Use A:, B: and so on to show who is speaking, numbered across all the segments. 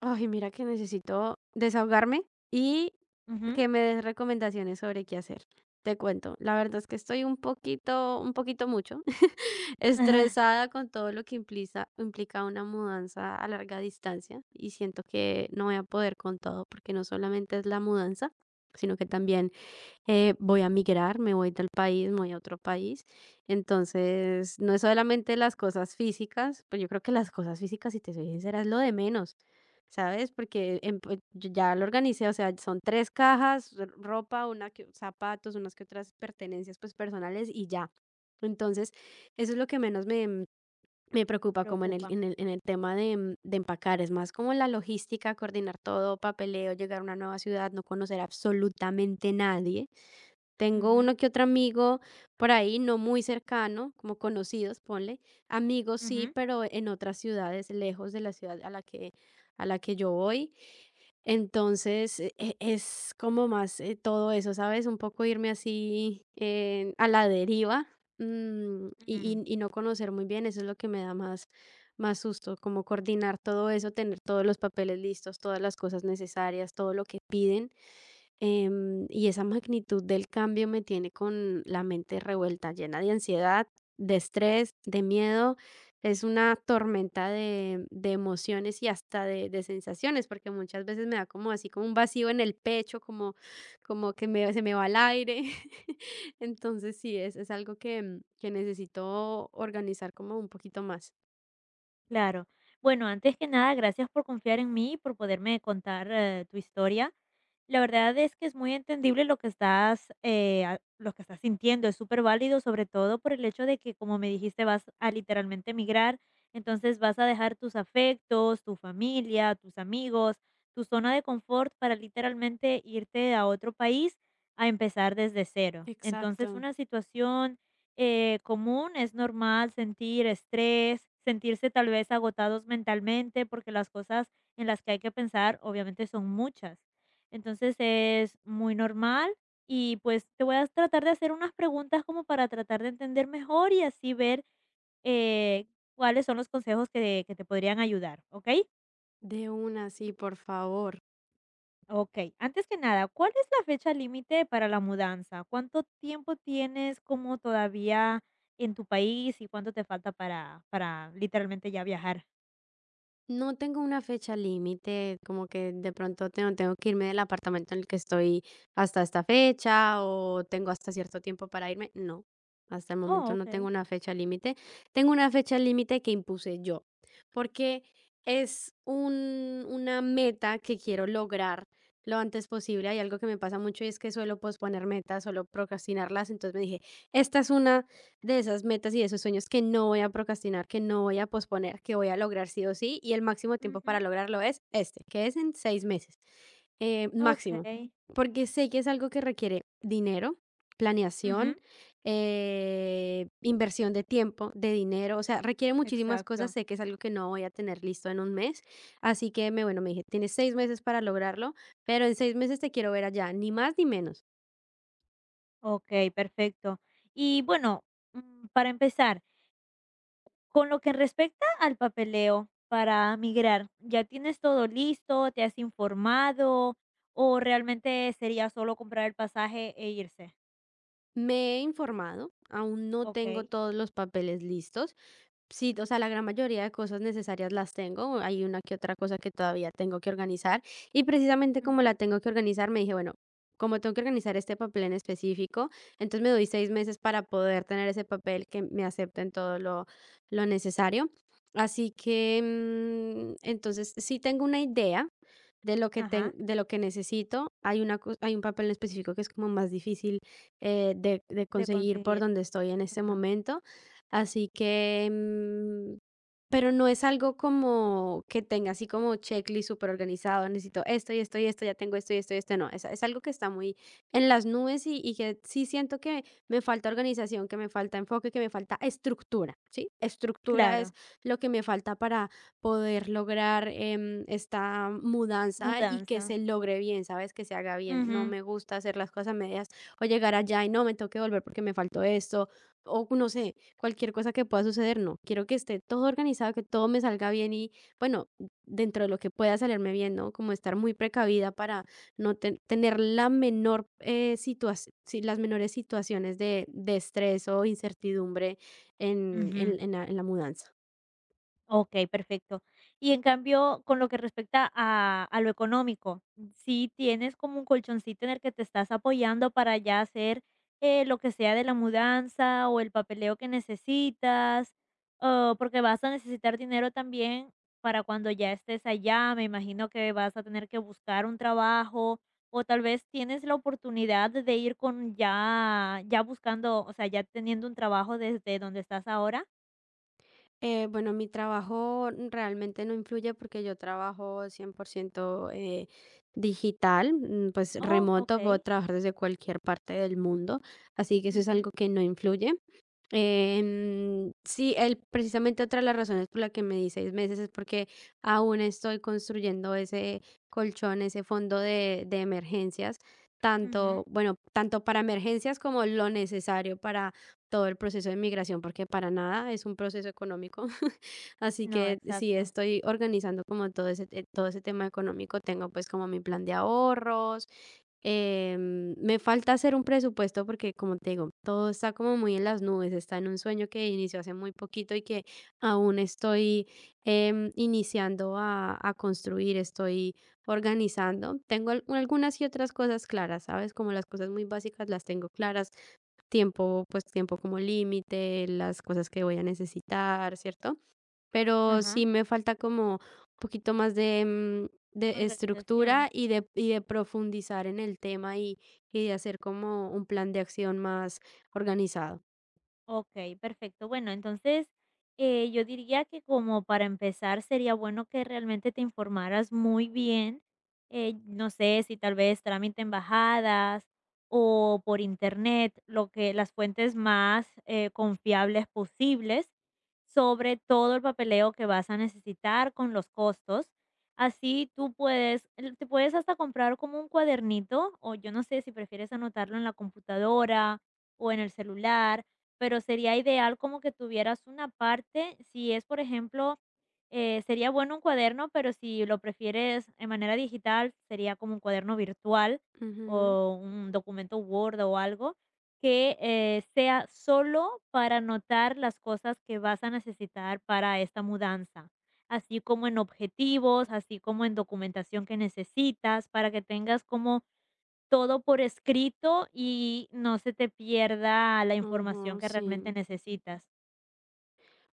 A: Ay, mira que necesito desahogarme y
B: Ujú.
A: que me des recomendaciones sobre qué hacer. Te cuento, la verdad es que estoy un poquito mucho,
B: Ajá.
A: estresada con todo lo que implica una mudanza a larga distancia y siento que no voy a poder con todo porque no solamente es la mudanza, sino que también voy a migrar, me voy del país, me voy a otro país. Entonces, no es solamente las cosas físicas, pues yo creo que las cosas físicas, si te soy sincera, es lo de menos, ¿sabes? Porque pues, yo ya lo organicé, o sea, son tres cajas, ropa, una que, zapatos, unas que otras pertenencias pues personales y ya. Entonces, eso es lo que menos me preocupa como en el,
B: Preocupa.
A: en el, en el tema de empacar, es más como la logística, coordinar todo, papeleo, llegar a una nueva ciudad, no conocer absolutamente nadie. Tengo
B: Ujú.
A: uno que otro amigo por ahí, no muy cercano, como conocidos, ponle. Amigos sí,
B: Ujú.
A: pero en otras ciudades, lejos de la ciudad a la que yo voy. Entonces, es como más todo eso, ¿sabes? Un poco irme así a la deriva
B: Mm.
A: y no conocer muy bien, eso es lo que me da más susto, como coordinar todo eso, tener todos los papeles listos, todas las cosas necesarias, todo lo que piden. Y esa magnitud del cambio me tiene con la mente revuelta, llena de ansiedad, de estrés, de miedo. Es una tormenta de emociones y hasta de sensaciones, porque muchas veces me da como así, como un vacío en el pecho, como que se me va el aire. Entonces sí, es algo que necesito organizar como un poquito más.
B: Claro. Bueno, antes que nada, gracias por confiar en mí y por poderme contar, tu historia. La verdad es que es muy entendible lo que estás, lo que estás sintiendo, es súper válido, sobre todo por el hecho de que, como me dijiste, vas a literalmente emigrar. Entonces vas a dejar tus afectos, tu familia, tus amigos, tu zona de confort para literalmente irte a otro país a empezar desde cero. Entonces,
A: Exacto.
B: una situación común, es normal sentir estrés, sentirse tal vez agotados mentalmente, porque las cosas en las que hay que pensar obviamente son muchas. Entonces es muy normal, y pues te voy a tratar de hacer unas preguntas como para tratar de entender mejor y así ver eh, cuáles son los consejos que te podrían ayudar, ¿ok?
A: De una, sí, por favor.
B: Ok, antes que nada, ¿cuál es la fecha límite para la mudanza? ¿Cuánto tiempo tienes como todavía en tu país y cuánto te falta para literalmente ya viajar?
A: No tengo una fecha límite, como que de pronto tengo que irme del apartamento en el que estoy hasta esta fecha o tengo hasta cierto tiempo para irme. No, hasta el
B: Oh,
A: momento no
B: ok.
A: tengo una fecha límite. Tengo una fecha límite que impuse yo, porque es una meta que quiero lograr lo antes posible. Hay algo que me pasa mucho y es que suelo posponer metas, suelo procrastinarlas. Entonces me dije, esta es una de esas metas y de esos sueños que no voy a procrastinar, que no voy a posponer, que voy a lograr sí o sí, y el máximo tiempo
B: Ujú.
A: para lograrlo es este, que es en 6 meses,
B: Ok.
A: máximo, porque sé que es algo que requiere dinero, planeación,
B: Ujú.
A: inversión de tiempo, de dinero, o sea, requiere muchísimas cosas,
B: Exacto.
A: sé que es algo que no voy a tener listo en un mes, así que me, bueno, me dije, tienes 6 meses para lograrlo, pero en 6 meses te quiero ver allá, ni más ni menos.
B: Ok, perfecto. Y bueno, mm, para empezar, con lo que respecta al papeleo para migrar, ¿ya tienes todo listo? ¿Te has informado? ¿O realmente sería solo comprar el pasaje e irse?
A: Me he informado, aún no tengo
B: Ok.
A: todos los papeles listos. Sí, o sea, la gran mayoría de cosas necesarias las tengo, hay una que otra cosa que todavía tengo que organizar y precisamente como la
B: Ujú.
A: tengo que organizar, me dije, bueno, como tengo que organizar este papel en específico, entonces me doy 6 meses para poder tener ese papel que me acepten todo lo necesario. Así que, entonces, sí tengo una idea de lo que, ten-
B: Ajá.
A: de lo que necesito. Hay un papel en específico que es como más difícil de
B: De
A: conseguir por
B: conseguir.
A: donde estoy en este
B: Ajá.
A: momento. Así que, pero no es algo como que tenga así como checklist súper organizado, necesito esto y esto y esto, ya tengo esto y esto y esto, no, es algo que está muy en las nubes y que sí siento que me falta organización, que me falta enfoque, que me falta estructura, ¿sí? Estructura es
B: Claro.
A: lo que me falta para poder lograr esta mudanza y que
B: Mudanza.
A: se logre bien, ¿sabes? Que se haga bien. No
B: Ujú.
A: me gusta hacer las cosas a medias o llegar allá y no, me tengo que volver porque me faltó esto o no sé, cualquier cosa que pueda suceder, no. Quiero que esté todo organizado, que todo me salga bien y, bueno, dentro de lo que pueda salirme bien, ¿no? Como estar muy precavida para no tener la menor situación, las menores situaciones de estrés o incertidumbre en,
B: Ujú.
A: en- en la, en la mudanza.
B: Okey, perfecto. Y en cambio, con lo que respecta a lo económico, ¿sí tienes como un colchoncito en el que te estás apoyando para ya hacer lo que sea de la mudanza o el papeleo que necesitas? O porque vas a necesitar dinero también para cuando ya estés allá, me imagino que vas a tener que buscar un trabajo, o tal vez tienes la oportunidad de ir con ya buscando, o sea, ya teniendo un trabajo desde donde estás ahora.
A: Bueno, mi trabajo realmente no influye porque yo trabajo 100% digital, pues
B: Oh,
A: remoto, puedo
B: okey.
A: trabajar desde cualquier parte del mundo, así que eso es
B: Ujú.
A: algo que no influye. Sí, el precisamente otra de las razones por la que me di 6 meses es porque aún estoy construyendo ese colchón, ese fondo de emergencias, tanto,
B: Ujú.
A: bueno, tanto para emergencias como lo necesario para todo el proceso de migración, porque para nada es un proceso económico. Así
B: No,
A: que sí,
B: exacto.
A: estoy organizando como todo todo ese tema económico. Tengo pues como mi plan de ahorros. Me falta hacer un presupuesto porque, como te digo, todo está como muy en las nubes, está en un sueño que inició hace muy poquito y que aún estoy iniciando a construir, estoy organizando. Tengo algunas y otras cosas claras, ¿sabes? Como las cosas muy básicas las tengo claras, tiempo, pues tiempo como límite, las cosas que voy a necesitar, ¿cierto? Pero
B: Ajá.
A: sí me falta como un poquito más de
B: Organización.
A: estructura y de profundizar en el tema y de hacer como un plan de acción más organizado.
B: Okey, perfecto. Bueno, entonces, yo diría que como para empezar sería bueno que realmente te informaras muy bien, no sé si tal vez trámite embajadas o por internet, lo que las fuentes más, confiables posibles, sobre todo el papeleo que vas a necesitar con los costos. Así tú puedes el te puedes hasta comprar como un cuadernito, o yo no sé si prefieres anotarlo en la computadora o en el celular, pero sería ideal como que tuvieras una parte, si es, por ejemplo, sería bueno un cuaderno, pero si lo prefieres en manera digital, sería como un cuaderno virtual
A: Ujú,
B: o un documento Word o algo que sea solo para anotar las cosas que vas a necesitar para esta mudanza, así como en objetivos, así como en documentación que necesitas, para que tengas como todo por escrito y no se te pierda la información
A: ujú,
B: que realmente
A: sí.
B: necesitas.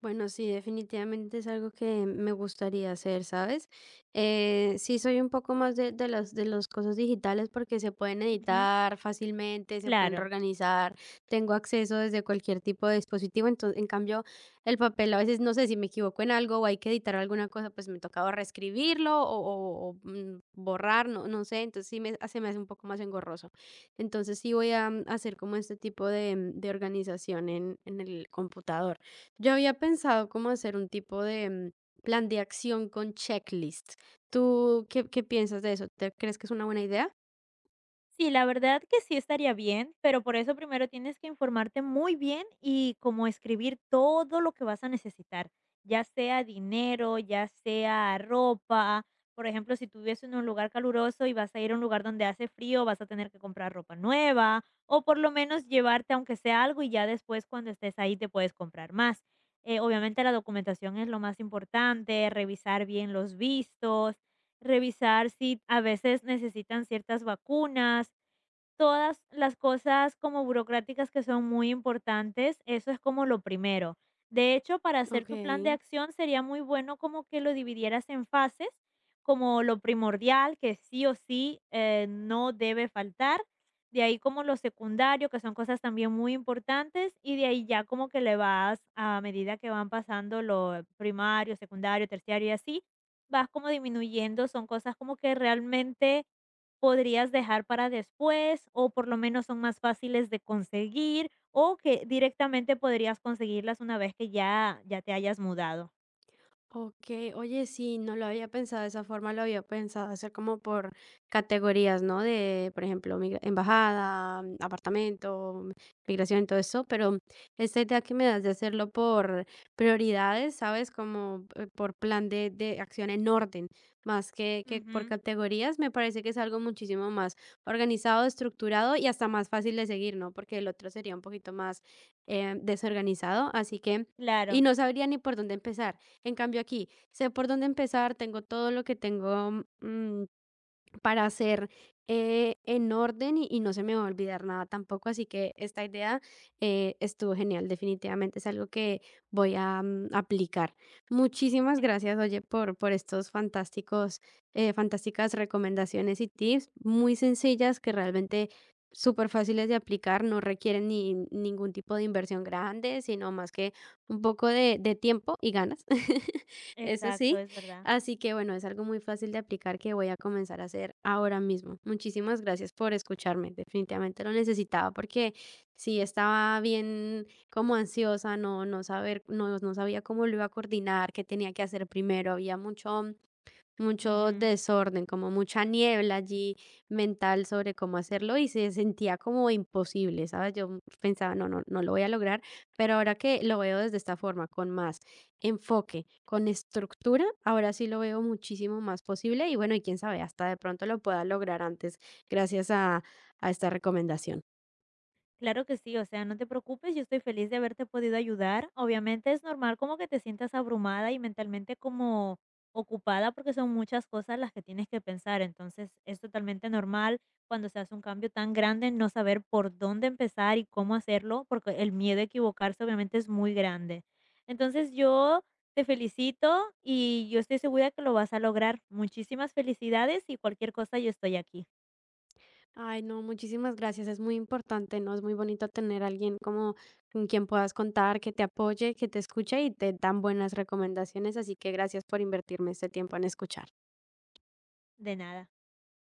A: Bueno, sí, definitivamente es algo que me gustaría hacer, ¿sabes? Sí, soy un poco más de las cosas digitales porque se pueden
B: Ujú,
A: editar fácilmente, se pueden
B: claro.
A: reorganizar, tengo acceso desde cualquier tipo de dispositivo, entonces, en cambio, el papel a veces no sé si me equivoco en algo o hay que editar alguna cosa, pues me tocaba reescribirlo o, o borrar, no, no sé, entonces sí me, se me hace un poco más engorroso. Entonces sí voy a hacer como este tipo de organización en el computador. Yo había pensado como hacer un tipo de plan de acción con checklist. ¿Tú qué piensas de eso? ¿Te crees que es una buena idea?
B: Sí, la verdad que sí estaría bien, pero por eso primero tienes que informarte muy bien y como escribir todo lo que vas a necesitar, ya sea dinero, ya sea ropa. Por ejemplo, si tú vives en un lugar caluroso y vas a ir a un lugar donde hace frío, vas a tener que comprar ropa nueva o por lo menos llevarte aunque sea algo y ya después cuando estés ahí te puedes comprar más. Obviamente la documentación es lo más importante, revisar bien los vistos, revisar si a veces necesitan ciertas vacunas. Todas las cosas como burocráticas que son muy importantes, eso es como lo primero. De hecho, para hacer
A: Ok.
B: tu plan de acción sería muy bueno como que lo dividieras en fases, como lo primordial, que sí o sí no debe faltar; de ahí como lo secundario, que son cosas también muy importantes, y de ahí ya como que le vas a medida que van pasando lo primario, secundario, terciario y así, vas como disminuyendo, son cosas como que realmente podrías dejar para después o por lo menos son más fáciles de conseguir, o que directamente podrías conseguirlas una vez que ya, ya te hayas mudado.
A: Okey, oye, sí, no lo había pensado de esa forma, lo había pensado hacer como por categorías, ¿no? De, por ejemplo, migra embajada, apartamento, migración, todo eso, pero esta idea que me das de hacerlo por prioridades, ¿sabes? Como, por plan de acción en orden, más que por
B: Ujú.
A: categorías, me parece que es algo muchísimo más organizado, estructurado y hasta más fácil de seguir, ¿no? Porque el otro sería un poquito más, desorganizado, así que y
B: Claro,
A: no sabría ni por dónde empezar. En cambio aquí, sé por dónde empezar, tengo todo lo que tengo, mm, para hacer en orden y no se me va a olvidar nada tampoco. Así que esta idea estuvo genial, definitivamente es algo que voy a aplicar. Muchísimas
B: e-
A: gracias, oye, por estos fantásticas recomendaciones y tips muy sencillas que realmente súper fáciles de aplicar, no requieren ni ningún tipo de inversión grande, sino más que un poco de tiempo y ganas. Eso
B: exacto,
A: sí,
B: es verdad.
A: así que bueno, es algo muy fácil de aplicar que voy a comenzar a hacer ahora mismo. Muchísimas gracias por escucharme. Definitivamente lo necesitaba porque sí estaba bien como ansiosa, no, no saber, no, no sabía cómo lo iba a coordinar, qué tenía que hacer primero. Había mucho mucho
B: Ujú.
A: desorden, como mucha niebla allí mental sobre cómo hacerlo y se sentía como imposible, ¿sabes? Yo pensaba, no, no, no lo voy a lograr, pero ahora que lo veo desde esta forma, con más enfoque, con estructura, ahora sí lo veo muchísimo más posible y bueno, y quién sabe, hasta de pronto lo pueda lograr antes gracias a esta recomendación.
B: Claro que sí, o sea, no te preocupes, yo estoy feliz de haberte podido ayudar. Obviamente es normal como que te sientas abrumada y mentalmente como ocupada, porque son muchas cosas las que tienes que pensar. Entonces es totalmente normal, cuando se hace un cambio tan grande, no saber por dónde empezar y cómo hacerlo, porque el miedo a equivocarse obviamente es muy grande. Entonces yo te felicito y yo estoy segura que lo vas a lograr. Muchísimas felicidades, y cualquier cosa yo estoy aquí.
A: Ay, no, muchísimas gracias. Es muy importante, ¿no? Es muy bonito tener a alguien como con quien puedas contar, que te apoye, que te escuche y te dan buenas recomendaciones. Así que gracias por invertirme este tiempo en escuchar.
B: De nada.